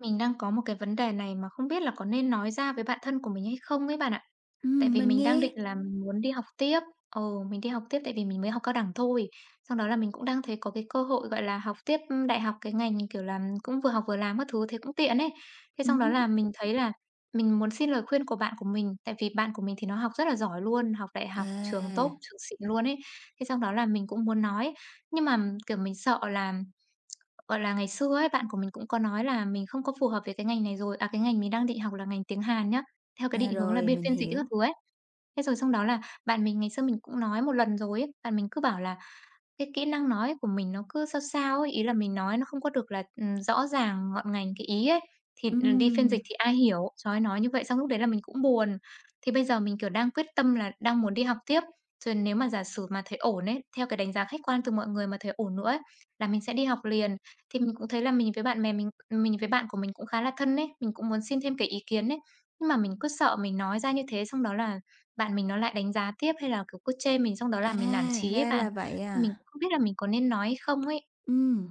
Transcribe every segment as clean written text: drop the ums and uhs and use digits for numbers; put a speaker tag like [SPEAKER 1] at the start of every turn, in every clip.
[SPEAKER 1] Mình đang có một cái vấn đề này mà không biết là có nên nói ra với bạn thân của mình hay không ấy bạn ạ. Tại vì
[SPEAKER 2] Mình
[SPEAKER 1] mình đang
[SPEAKER 2] nghe.
[SPEAKER 1] định là mình muốn đi học tiếp. Ồ, mình đi học tiếp tại vì mình mới học cao đẳng thôi. Xong đó là mình cũng đang thấy có cái cơ hội, gọi là, học tiếp, đại học cái ngành, kiểu là, cũng vừa học vừa làm các thứ, thế cũng tiện ấy. Thế xong đó
[SPEAKER 2] Hứm.
[SPEAKER 1] là mình thấy là mình muốn xin lời khuyên của bạn của mình, tại vì bạn của mình thì nó học rất là giỏi luôn, học đại
[SPEAKER 2] À,
[SPEAKER 1] học trường tốt, trường xịn luôn ấy. Thế xong đó là mình cũng muốn nói, nhưng mà, kiểu, mình sợ là. Gọi là, ngày xưa ấy, bạn của mình cũng có nói là mình không có phù hợp với cái ngành này rồi à, cái ngành mình đang định học là ngành tiếng Hàn nhá, theo cái
[SPEAKER 2] à,
[SPEAKER 1] định hướng là
[SPEAKER 2] rồi,
[SPEAKER 1] biên
[SPEAKER 2] mình
[SPEAKER 1] phiên dịch
[SPEAKER 2] hiểu.
[SPEAKER 1] các thứ ấy. Thế rồi xong đó là bạn mình ngày xưa mình cũng nói một lần rồi ấy, bạn mình cứ bảo là cái kỹ năng nói của mình nó cứ sao sao ấy, ý là mình nói nó không có được là, rõ ràng, ngọn ngành cái ý ấy, thì, đi phiên
[SPEAKER 2] Ừm,
[SPEAKER 1] dịch thì ai hiểu. Trời ơi, nói như vậy xong lúc đấy là mình cũng buồn. Thì bây giờ mình, kiểu, đang quyết tâm là đang muốn đi học tiếp, rồi nếu mà giả sử mà thấy ổn ấy, theo cái đánh giá khách quan từ mọi người mà thấy ổn nữa ấy, là mình sẽ đi học liền. Thì mình cũng thấy là mình với bạn của mình cũng khá là thân ấy, mình cũng muốn xin thêm cái ý kiến ấy. Nhưng mà mình cứ sợ mình nói ra như thế xong đó là bạn mình nó lại đánh giá tiếp hay là, kiểu, cứ chê mình xong đó là
[SPEAKER 2] à,
[SPEAKER 1] mình nản chí ấy
[SPEAKER 2] Ra
[SPEAKER 1] bạn.
[SPEAKER 2] là vậy
[SPEAKER 1] Mình
[SPEAKER 2] à.
[SPEAKER 1] cũng không biết là mình có nên nói hay không ấy.
[SPEAKER 2] Ừm.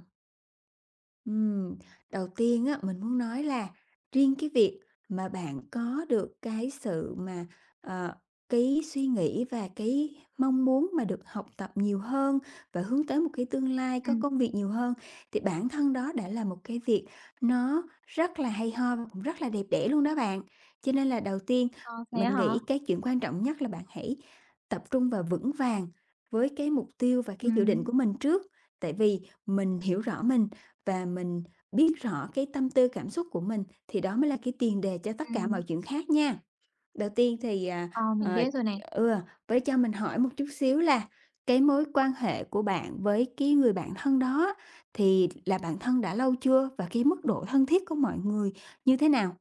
[SPEAKER 2] Ừm, Đầu tiên á, mình muốn nói là riêng cái việc mà bạn có được cái sự mà, ờ, cái suy nghĩ và cái mong muốn mà được học tập nhiều hơn và hướng tới một cái tương lai có
[SPEAKER 1] Ừm.
[SPEAKER 2] công việc nhiều hơn, thì bản thân đó đã là một cái việc nó rất là hay ho và cũng rất là đẹp đẽ luôn đó bạn. Cho nên là đầu tiên
[SPEAKER 1] Ờ, thế
[SPEAKER 2] mình
[SPEAKER 1] hả?
[SPEAKER 2] nghĩ cái chuyện quan trọng nhất là bạn hãy tập trung và vững vàng với cái mục tiêu và cái dự định của
[SPEAKER 1] Ừm,
[SPEAKER 2] mình trước, tại vì mình hiểu rõ mình và mình biết rõ cái tâm tư cảm xúc của mình thì đó mới là cái tiền đề cho tất cả
[SPEAKER 1] ừm,
[SPEAKER 2] mọi chuyện khác nha. Đầu tiên thì,
[SPEAKER 1] ờ, mình
[SPEAKER 2] ờ,
[SPEAKER 1] biết rồi này.
[SPEAKER 2] ừ, với cho mình hỏi một chút xíu là cái mối quan hệ của bạn với cái người bạn thân đó thì là bạn thân đã lâu chưa? Và cái mức độ thân thiết của mọi người như thế nào?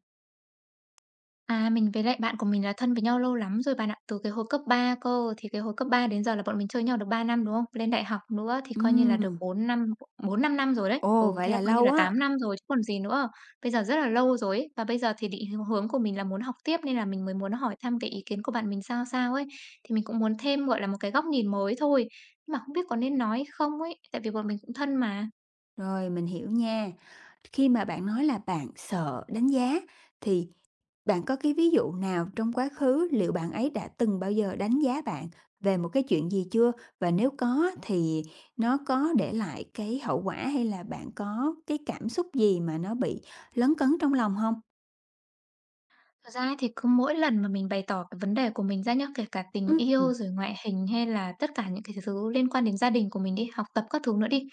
[SPEAKER 1] À, mình với lại bạn của mình là thân với nhau lâu lắm rồi bạn ạ, từ cái hồi cấp 3 cơ. Thì cái hồi cấp 3 đến giờ là bọn mình chơi nhau được 3 năm, đúng không? Lên đại học nữa thì coi như là
[SPEAKER 2] Ừm,
[SPEAKER 1] được bốn năm năm rồi đấy. Ừ,
[SPEAKER 2] Ồ, vậy
[SPEAKER 1] thế là
[SPEAKER 2] là
[SPEAKER 1] coi như
[SPEAKER 2] lâu
[SPEAKER 1] là
[SPEAKER 2] á.
[SPEAKER 1] 8 năm rồi chứ còn gì nữa. Bây giờ rất là lâu rồi ấy, và bây giờ thì định hướng của mình là muốn học tiếp nên là mình mới muốn hỏi thăm cái ý kiến của bạn mình sao sao ấy. Thì mình cũng muốn thêm, gọi là, một cái góc nhìn mới thôi, nhưng mà không biết có nên nói không ấy, tại vì bọn mình cũng thân mà.
[SPEAKER 2] Rồi, mình hiểu nha. Khi mà bạn nói là bạn sợ đánh giá thì bạn có cái ví dụ nào trong quá khứ liệu bạn ấy đã từng bao giờ đánh giá bạn về một cái chuyện gì chưa? Và nếu có thì nó có để lại cái hậu quả hay là bạn có cái cảm xúc gì mà nó bị lấn cấn trong lòng không?
[SPEAKER 1] Thật ra ấy thì cứ mỗi lần mà mình bày tỏ cái vấn đề của mình ra nhá, kể cả tình
[SPEAKER 2] Ừm,
[SPEAKER 1] yêu rồi ngoại hình hay là tất cả những cái thứ liên quan đến gia đình của mình đi, học tập các thứ nữa đi.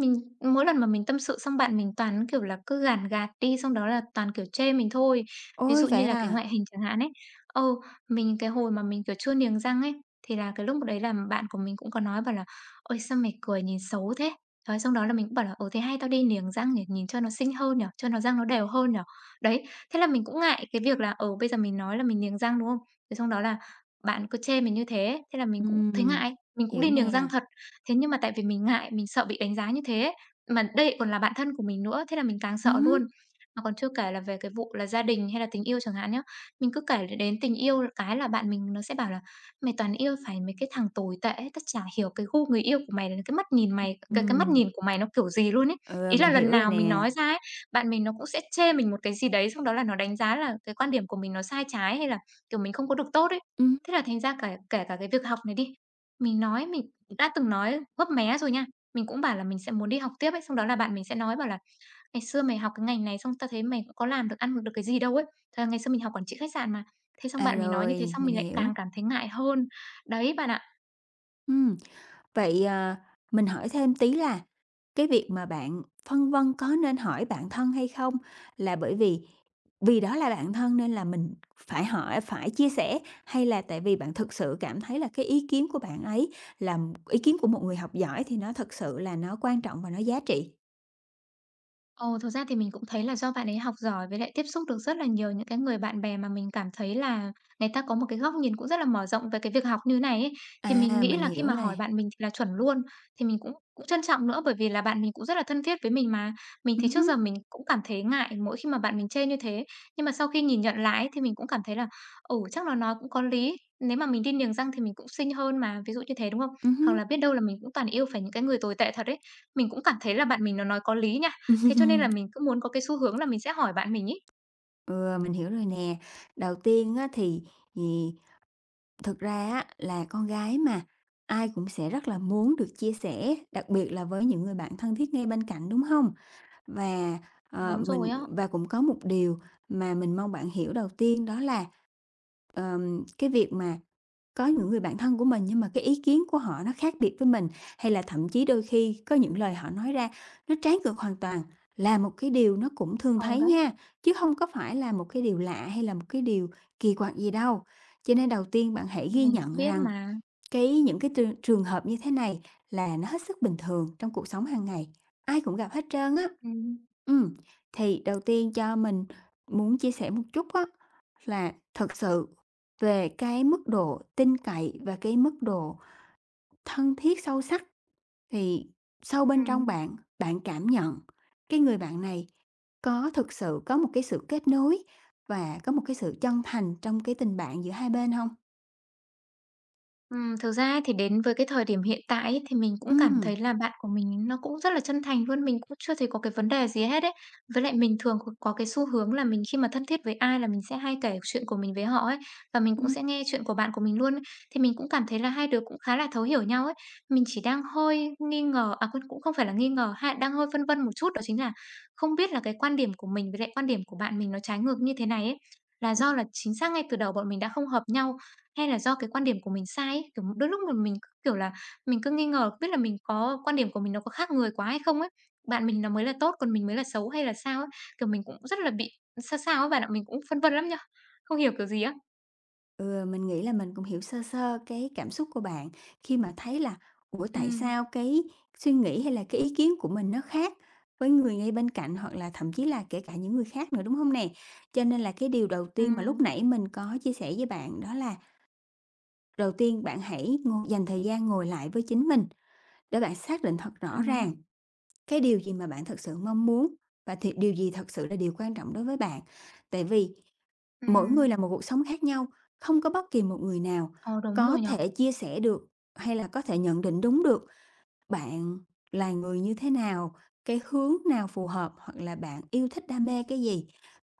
[SPEAKER 1] Mình Mỗi lần mà mình tâm sự xong bạn mình toàn, kiểu là, cứ gàn gạt đi, xong đó là toàn, kiểu, chê mình thôi. Ví
[SPEAKER 2] Ôi,
[SPEAKER 1] dụ như
[SPEAKER 2] vậy
[SPEAKER 1] là cái
[SPEAKER 2] à?
[SPEAKER 1] ngoại hình chẳng hạn ấy, ờ, mình cái hồi mà mình, kiểu, chưa niềng răng ấy, thì là cái lúc đấy là bạn của mình cũng có nói bảo là "Ôi, sao mày cười nhìn xấu thế?" rồi xong đó là mình cũng bảo là "Ừ, thế hay tao đi niềng răng nhỉ, nhìn cho nó xinh hơn nhở cho nó răng nó đều hơn nhở." Đấy. Thế là mình cũng ngại cái việc là, bây giờ mình nói là mình niềng răng, đúng không? Thế xong đó là bạn cứ chê mình như thế, thế là mình cũng thấy
[SPEAKER 2] Ừm,
[SPEAKER 1] ngại, mình cũng
[SPEAKER 2] Hiểu
[SPEAKER 1] đi niềng
[SPEAKER 2] nè.
[SPEAKER 1] răng thật. Thế nhưng mà tại vì mình ngại, mình sợ bị đánh giá như thế mà đây còn là bạn thân của mình nữa, thế là mình càng sợ
[SPEAKER 2] Ừm
[SPEAKER 1] luôn. Mà còn chưa kể là về cái vụ là gia đình hay là tình yêu chẳng hạn nhá. Mình cứ kể đến tình yêu cái là bạn mình nó sẽ bảo là "Mày toàn yêu phải mấy cái thằng tồi tệ ấy, tao chả hiểu cái gu người yêu của mày là cái mắt
[SPEAKER 2] ừm,
[SPEAKER 1] nhìn của mày nó kiểu gì luôn ấy."
[SPEAKER 2] ừ,
[SPEAKER 1] Ý
[SPEAKER 2] mình
[SPEAKER 1] là lần
[SPEAKER 2] hiểu rồi
[SPEAKER 1] nào mình
[SPEAKER 2] nè.
[SPEAKER 1] nói ra ấy bạn mình nó cũng sẽ chê mình một cái gì đấy, xong đó là nó đánh giá là cái quan điểm của mình nó sai trái, hay là, kiểu, mình không có được tốt ấy.
[SPEAKER 2] Ừm,
[SPEAKER 1] Thế là thành ra cả kể cả cái việc học này đi, mình đã từng nói góp mé rồi nha, mình cũng bảo là mình sẽ muốn đi học tiếp ấy, xong đó là bạn mình sẽ nói bảo là "Ngày xưa mày học cái ngành này xong tao thấy mày cũng có làm được, ăn được cái gì đâu ấy. Thật ra ngày xưa mình học quản trị khách sạn mà." Thế xong
[SPEAKER 2] À,
[SPEAKER 1] bạn mình nói như thế
[SPEAKER 2] rồi,
[SPEAKER 1] xong
[SPEAKER 2] mình
[SPEAKER 1] mình lại
[SPEAKER 2] hiểu.
[SPEAKER 1] càng cảm thấy ngại hơn. Đấy bạn ạ.
[SPEAKER 2] Ừm. Vậy, mình hỏi thêm tí là cái việc mà bạn phân vân có nên hỏi bạn thân hay không là bởi vì vì đó là bạn thân nên là mình phải hỏi, phải chia sẻ hay là tại vì bạn thực sự cảm thấy là cái ý kiến của bạn ấy là ý kiến của một người học giỏi thì nó thực sự là nó quan trọng và nó giá trị?
[SPEAKER 1] Ồ, thực ra thì mình cũng thấy là do bạn ấy học giỏi với lại tiếp xúc được rất là nhiều những cái người bạn bè mà mình cảm thấy là người ta có một cái góc nhìn cũng rất là mở rộng về cái việc học như này ấy. Thì mình
[SPEAKER 2] À,
[SPEAKER 1] nghĩ
[SPEAKER 2] mình
[SPEAKER 1] là khi
[SPEAKER 2] hiểu
[SPEAKER 1] mà
[SPEAKER 2] là
[SPEAKER 1] hỏi bạn mình thì là chuẩn luôn, thì mình cũng cũng trân trọng nữa bởi vì là bạn mình cũng rất là thân thiết với mình mà. Mình thì trước
[SPEAKER 2] hứm,
[SPEAKER 1] giờ mình cũng cảm thấy ngại mỗi khi mà bạn mình chê như thế, nhưng mà sau khi nhìn nhận lại ấy, thì mình cũng cảm thấy là ồ chắc là nói cũng có lý. Nếu mà mình đi niềng răng thì mình cũng xinh hơn mà, ví dụ như thế đúng không? Hoặc
[SPEAKER 2] hứm.
[SPEAKER 1] là biết đâu là mình cũng toàn yêu phải những cái người tồi tệ thật ấy. Mình cũng cảm thấy là bạn mình nó nói có lý nhỉ. Thế cho nên là mình cứ muốn có cái xu hướng là mình sẽ hỏi bạn mình ấy.
[SPEAKER 2] Ừ, mình hiểu rồi nè. Đầu tiên á thì thực ra á là con gái mà, ai cũng sẽ rất là muốn được chia sẻ, đặc biệt là với những người bạn thân thiết ngay bên cạnh, đúng không? Và, ờ,
[SPEAKER 1] Đúng
[SPEAKER 2] mình
[SPEAKER 1] rồi á.
[SPEAKER 2] Và cũng có một điều mà mình mong bạn hiểu đầu tiên đó là, cái việc mà có những người bạn thân của mình nhưng mà cái ý kiến của họ nó khác biệt với mình, hay là thậm chí đôi khi có những
[SPEAKER 1] Ừm.
[SPEAKER 2] lời họ nói ra nó trái ngược hoàn toàn, là một cái điều nó cũng thường
[SPEAKER 1] Ừ,
[SPEAKER 2] thấy
[SPEAKER 1] đấy,
[SPEAKER 2] nha, chứ không có phải là một cái điều lạ hay là một cái điều kỳ quặc gì đâu. Cho nên đầu tiên bạn hãy ghi
[SPEAKER 1] mình
[SPEAKER 2] nhận
[SPEAKER 1] cũng biết
[SPEAKER 2] rằng
[SPEAKER 1] mà.
[SPEAKER 2] những cái trường trường hợp như thế này là nó hết sức bình thường trong cuộc sống hàng ngày, ai cũng gặp hết trơn á.
[SPEAKER 1] Ừm,
[SPEAKER 2] Ừm, thì đầu tiên cho mình muốn chia sẻ một chút á, là thật sự về cái mức độ tin cậy và cái mức độ thân thiết sâu sắc thì sâu bên trong
[SPEAKER 1] ừm.
[SPEAKER 2] bạn, bạn cảm nhận cái người bạn này có thực sự có một cái sự kết nối và có một cái sự chân thành trong cái tình bạn giữa hai bên không?
[SPEAKER 1] Thực ra ấy thì đến với cái thời điểm hiện tại ấy, thì mình cũng cảm
[SPEAKER 2] Ừm.
[SPEAKER 1] thấy là bạn của mình nó cũng rất là chân thành luôn, mình cũng chưa thấy có cái vấn đề gì hết ấy. Với lại mình thường có cái xu hướng là mình khi mà thân thiết với ai là mình sẽ hay kể chuyện của mình với họ ấy, và mình cũng sẽ nghe chuyện của bạn của mình luôn ấy. Thì mình cũng cảm thấy là hai đứa cũng khá là thấu hiểu nhau ấy. Mình chỉ đang hơi nghi ngờ, à, cũng cũng không phải là nghi ngờ ha, đang hơi phân vân một chút đó chính là không biết là cái quan điểm của mình với lại quan điểm của bạn mình nó trái ngược như thế này ấy, là do là chính xác ngay từ đầu bọn mình đã không hợp nhau, hay là do cái quan điểm của mình sai ấy? Kiểu, đôi lúc mà mình cứ, kiểu là, mình cứ nghi ngờ không biết là mình có quan điểm của mình nó có khác người quá hay không ấy? Bạn mình nó mới là tốt, còn mình mới là xấu hay là sao ấy? Kiểu, mình cũng rất là bị sao sao á bạn ạ, mình cũng phân vân lắm nha, không hiểu kiểu gì á.
[SPEAKER 2] Ừ, mình nghĩ là mình cũng hiểu sơ sơ cái cảm xúc của bạn khi mà thấy là ủa tại
[SPEAKER 1] Ừm,
[SPEAKER 2] sao cái suy nghĩ hay là cái ý kiến của mình nó khác với người ngay bên cạnh hoặc là thậm chí là kể cả những người khác nữa đúng không nè. Cho nên là cái điều đầu tiên mà lúc
[SPEAKER 1] ừm,
[SPEAKER 2] nãy mình có chia sẻ với bạn đó là đầu tiên bạn hãy ngồi, dành thời gian ngồi lại với chính mình để bạn xác định thật rõ
[SPEAKER 1] ừm,
[SPEAKER 2] ràng cái điều gì mà bạn thật sự mong muốn và thì điều gì thật sự là điều quan trọng đối với bạn. Tại vì mỗi người là
[SPEAKER 1] ừm.
[SPEAKER 2] một cuộc sống khác nhau, không có bất kỳ một người nào
[SPEAKER 1] Ờ, đúng
[SPEAKER 2] có
[SPEAKER 1] rồi nhở.
[SPEAKER 2] thể chia sẻ được hay là có thể nhận định đúng được bạn là người như thế nào, cái hướng nào phù hợp hoặc là bạn yêu thích đam mê cái gì.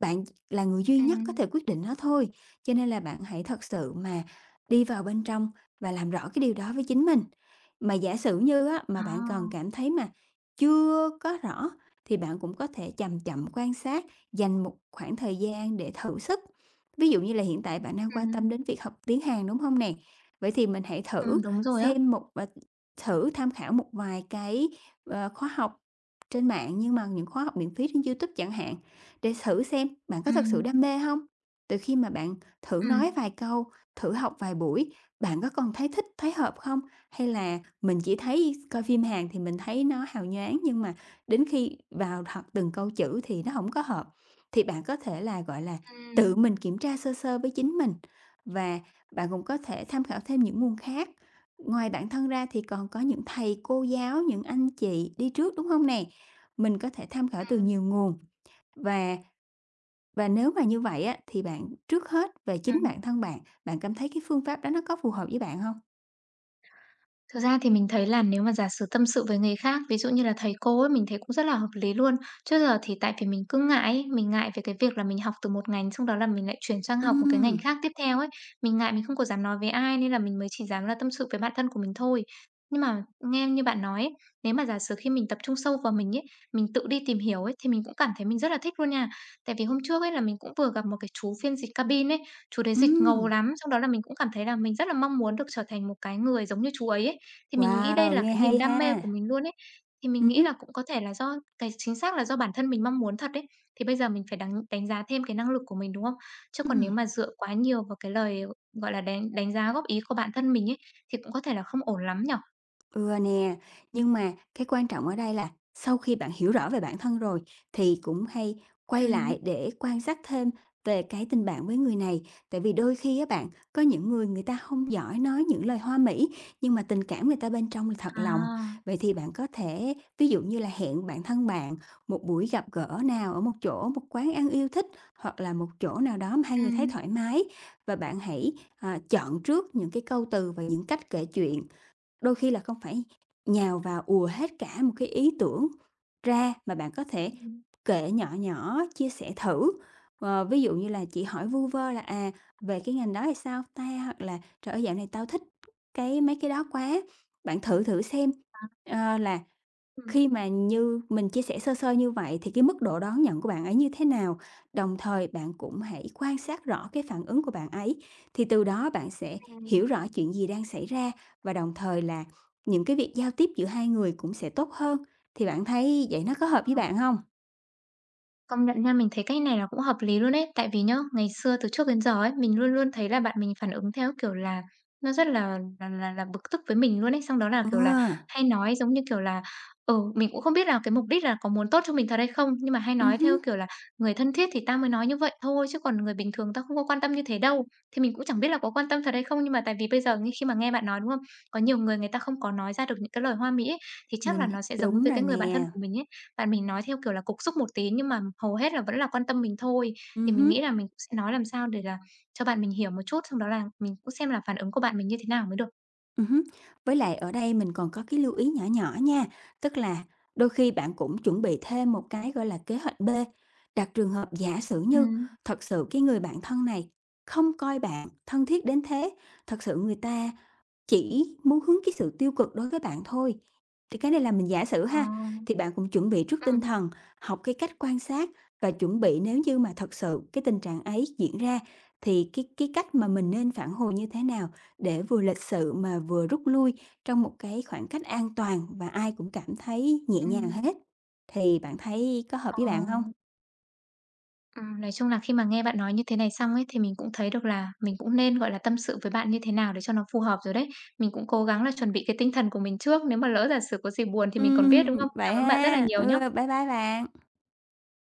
[SPEAKER 2] Bạn là người duy nhất có
[SPEAKER 1] Ừm,
[SPEAKER 2] thể quyết định nó thôi, cho nên là bạn hãy thật sự mà đi vào bên trong và làm rõ cái điều đó với chính mình. Mà giả sử như á,
[SPEAKER 1] à,
[SPEAKER 2] mà bạn còn cảm thấy mà chưa có rõ thì bạn cũng có thể chậm chậm quan sát, dành một khoảng thời gian để thử sức. Ví dụ như là hiện tại bạn đang quan
[SPEAKER 1] ừm,
[SPEAKER 2] tâm đến việc học tiếng Hàn, đúng không nè? Vậy thì mình hãy thử
[SPEAKER 1] đúng rồi á.
[SPEAKER 2] xem một và thử tham khảo một vài cái, khóa học trên mạng, nhưng mà những khóa học miễn phí trên YouTube chẳng hạn, để thử xem bạn có thật sự
[SPEAKER 1] Ừm,
[SPEAKER 2] đam mê không. Từ khi mà bạn thử
[SPEAKER 1] ừm,
[SPEAKER 2] nói vài câu, thử học vài buổi, bạn có còn thấy thích, thấy hợp không? Hay là mình chỉ thấy coi phim Hàn thì mình thấy nó hào nhoáng, nhưng mà đến khi vào học từng câu chữ thì nó không có hợp? Thì bạn có thể là, gọi là, tự
[SPEAKER 1] ừm,
[SPEAKER 2] mình kiểm tra sơ sơ với chính mình, và bạn cũng có thể tham khảo thêm những nguồn khác. Ngoài bản thân ra thì còn có những thầy cô giáo, những anh chị đi trước, đúng không nè? Mình có thể tham khảo từ
[SPEAKER 1] ừm,
[SPEAKER 2] nhiều nguồn và và nếu mà như vậy á, thì bạn trước hết về chính
[SPEAKER 1] ừm.
[SPEAKER 2] bản thân bạn, bạn cảm thấy cái phương pháp đó nó có phù hợp với bạn không?
[SPEAKER 1] Thực ra thì mình thấy là nếu mà giả sử tâm sự với người khác, ví dụ như là thầy cô ấy, mình thấy cũng rất là hợp lý luôn. Trước giờ thì tại vì mình cứ ngại ấy, mình ngại về cái việc là mình học từ một ngành, xong đó là mình lại chuyển sang học một cái ngành
[SPEAKER 2] Ừm,
[SPEAKER 1] khác tiếp theo ấy. Mình ngại mình không có dám nói với ai nên là mình mới chỉ dám là tâm sự với bạn thân của mình thôi. Nhưng mà nghe như bạn nói ấy, nếu mà giả sử khi mình tập trung sâu vào mình ấy, mình tự đi tìm hiểu ấy thì mình cũng cảm thấy mình rất là thích luôn nha. Tại vì hôm trước ấy là mình cũng vừa gặp một cái chú phiên dịch cabin ấy, chú đấy dịch
[SPEAKER 2] ừm.
[SPEAKER 1] ngầu lắm, xong đó là mình cũng cảm thấy là mình rất là mong muốn được trở thành một cái người giống như chú ấy ấy thì mình nghĩ
[SPEAKER 2] Wow,
[SPEAKER 1] đây là
[SPEAKER 2] nghe
[SPEAKER 1] cái niềm
[SPEAKER 2] hay ha!
[SPEAKER 1] đam mê của mình luôn ấy. Thì mình
[SPEAKER 2] Ừm.
[SPEAKER 1] nghĩ là cũng có thể là do cái chính xác là do bản thân mình mong muốn thật đấy. Thì bây giờ mình phải đánh đánh giá thêm cái năng lực của mình, đúng không? Chứ còn
[SPEAKER 2] Ừm.
[SPEAKER 1] nếu mà dựa quá nhiều vào cái lời, gọi là, đánh đánh giá góp ý của bản thân mình ấy, thì cũng có thể là không ổn lắm nhỉ?
[SPEAKER 2] Nè, nhưng mà cái quan trọng ở đây là sau khi bạn hiểu rõ về bản thân rồi thì cũng hay
[SPEAKER 1] Ừ.
[SPEAKER 2] quay lại để quan sát thêm về cái tình bạn với người này. Tại vì đôi khi á bạn, có những người người ta không giỏi nói những lời hoa mỹ, nhưng mà tình cảm người ta bên trong là thật lòng.
[SPEAKER 1] À.
[SPEAKER 2] Vậy thì bạn có thể ví dụ như là hẹn bạn thân bạn một buổi gặp gỡ nào ở một chỗ, một quán ăn yêu thích hoặc là một chỗ nào đó mà hai
[SPEAKER 1] Ừ.
[SPEAKER 2] người thấy thoải mái và bạn hãy, chọn trước những cái câu từ và những cách kể chuyện. Đôi khi là không phải nhào vào ùa hết cả một cái ý tưởng ra mà bạn có thể
[SPEAKER 1] Ừ.
[SPEAKER 2] kể nhỏ nhỏ, chia sẻ thử. Ví dụ như là chị hỏi vu vơ là, "Về cái ngành đó thì sao ta?" Hoặc là "Trời ơi, dạo này tao thích cái mấy cái đó quá." Bạn thử thử xem,
[SPEAKER 1] À,
[SPEAKER 2] là
[SPEAKER 1] ừm.
[SPEAKER 2] khi mà như mình chia sẻ sơ sơ như vậy thì cái mức độ đón nhận của bạn ấy như thế nào? Đồng thời bạn cũng hãy quan sát rõ cái phản ứng của bạn ấy, thì từ đó bạn sẽ
[SPEAKER 1] Ừm.
[SPEAKER 2] hiểu rõ chuyện gì đang xảy ra và đồng thời là những cái việc giao tiếp giữa hai người cũng sẽ tốt hơn. Thì bạn thấy vậy nó có hợp với bạn không?
[SPEAKER 1] Công nhận nha, mình thấy cách này là cũng hợp lý luôn ấy. Tại vì nhá, ngày xưa từ trước đến giờ ấy, mình luôn luôn thấy là bạn mình phản ứng theo, kiểu là, nó rất là bực tức với mình luôn ấy. Xong đó là,
[SPEAKER 2] Ừ,
[SPEAKER 1] kiểu là, hay nói giống như kiểu là mình cũng không biết là cái mục đích là có muốn tốt cho mình thật hay không, nhưng mà hay nói
[SPEAKER 2] hứm,
[SPEAKER 1] theo kiểu là "Người thân thiết thì tao mới nói như vậy thôi, chứ còn người bình thường tao không có quan tâm như thế đâu." Thì mình cũng chẳng biết là có quan tâm thật hay không, nhưng mà tại vì bây giờ khi mà nghe bạn nói, đúng không? Có nhiều người, người ta không có nói ra được những cái lời hoa mỹ ấy, thì chắc là
[SPEAKER 2] mình
[SPEAKER 1] nó sẽ giống
[SPEAKER 2] đúng
[SPEAKER 1] với
[SPEAKER 2] rồi
[SPEAKER 1] cái người bạn thân
[SPEAKER 2] nè.
[SPEAKER 1] của mình ấy. Bạn mình nói theo kiểu là cục súc một tí nhưng mà hầu hết là vẫn là quan tâm mình thôi. Thì mình
[SPEAKER 2] Hứm.
[SPEAKER 1] nghĩ là mình cũng sẽ nói làm sao để là cho bạn mình hiểu một chút, xong đó là mình cũng xem là phản ứng của bạn mình như thế nào mới được.
[SPEAKER 2] Hứm. Với lại ở đây mình còn có cái lưu ý nhỏ nhỏ nha, tức là đôi khi bạn cũng chuẩn bị thêm một cái, gọi là, kế hoạch B, đặt trường hợp giả sử như
[SPEAKER 1] Ừm,
[SPEAKER 2] thật sự cái người bạn thân này không coi bạn thân thiết đến thế, thật sự người ta chỉ muốn hướng cái sự tiêu cực đối với bạn thôi. Thì cái này là mình giả sử
[SPEAKER 1] ờ,
[SPEAKER 2] ha, thì bạn cũng chuẩn bị trước tinh
[SPEAKER 1] ừm,
[SPEAKER 2] thần, học cái cách quan sát và chuẩn bị nếu như mà thật sự cái tình trạng ấy diễn ra thì cái cách mà mình nên phản hồi như thế nào để vừa lịch sự mà vừa rút lui trong một cái khoảng cách an toàn và ai cũng cảm thấy nhẹ nhàng
[SPEAKER 1] ừm,
[SPEAKER 2] hết. Thì bạn thấy có hợp
[SPEAKER 1] ờ,
[SPEAKER 2] với bạn không?
[SPEAKER 1] nói chung là khi mà nghe bạn nói như thế này xong ấy, thì mình cũng thấy được là mình cũng nên, gọi là, tâm sự với bạn như thế nào để cho nó phù hợp rồi đấy. Mình cũng cố gắng là chuẩn bị cái tinh thần của mình trước, nếu mà lỡ giả sử có gì buồn thì mình còn biết, đúng không?
[SPEAKER 2] Vậy
[SPEAKER 1] Cảm ơn bạn rất là
[SPEAKER 2] ha.
[SPEAKER 1] nhiều
[SPEAKER 2] Ừ, bye
[SPEAKER 1] nhá.
[SPEAKER 2] bye bạn.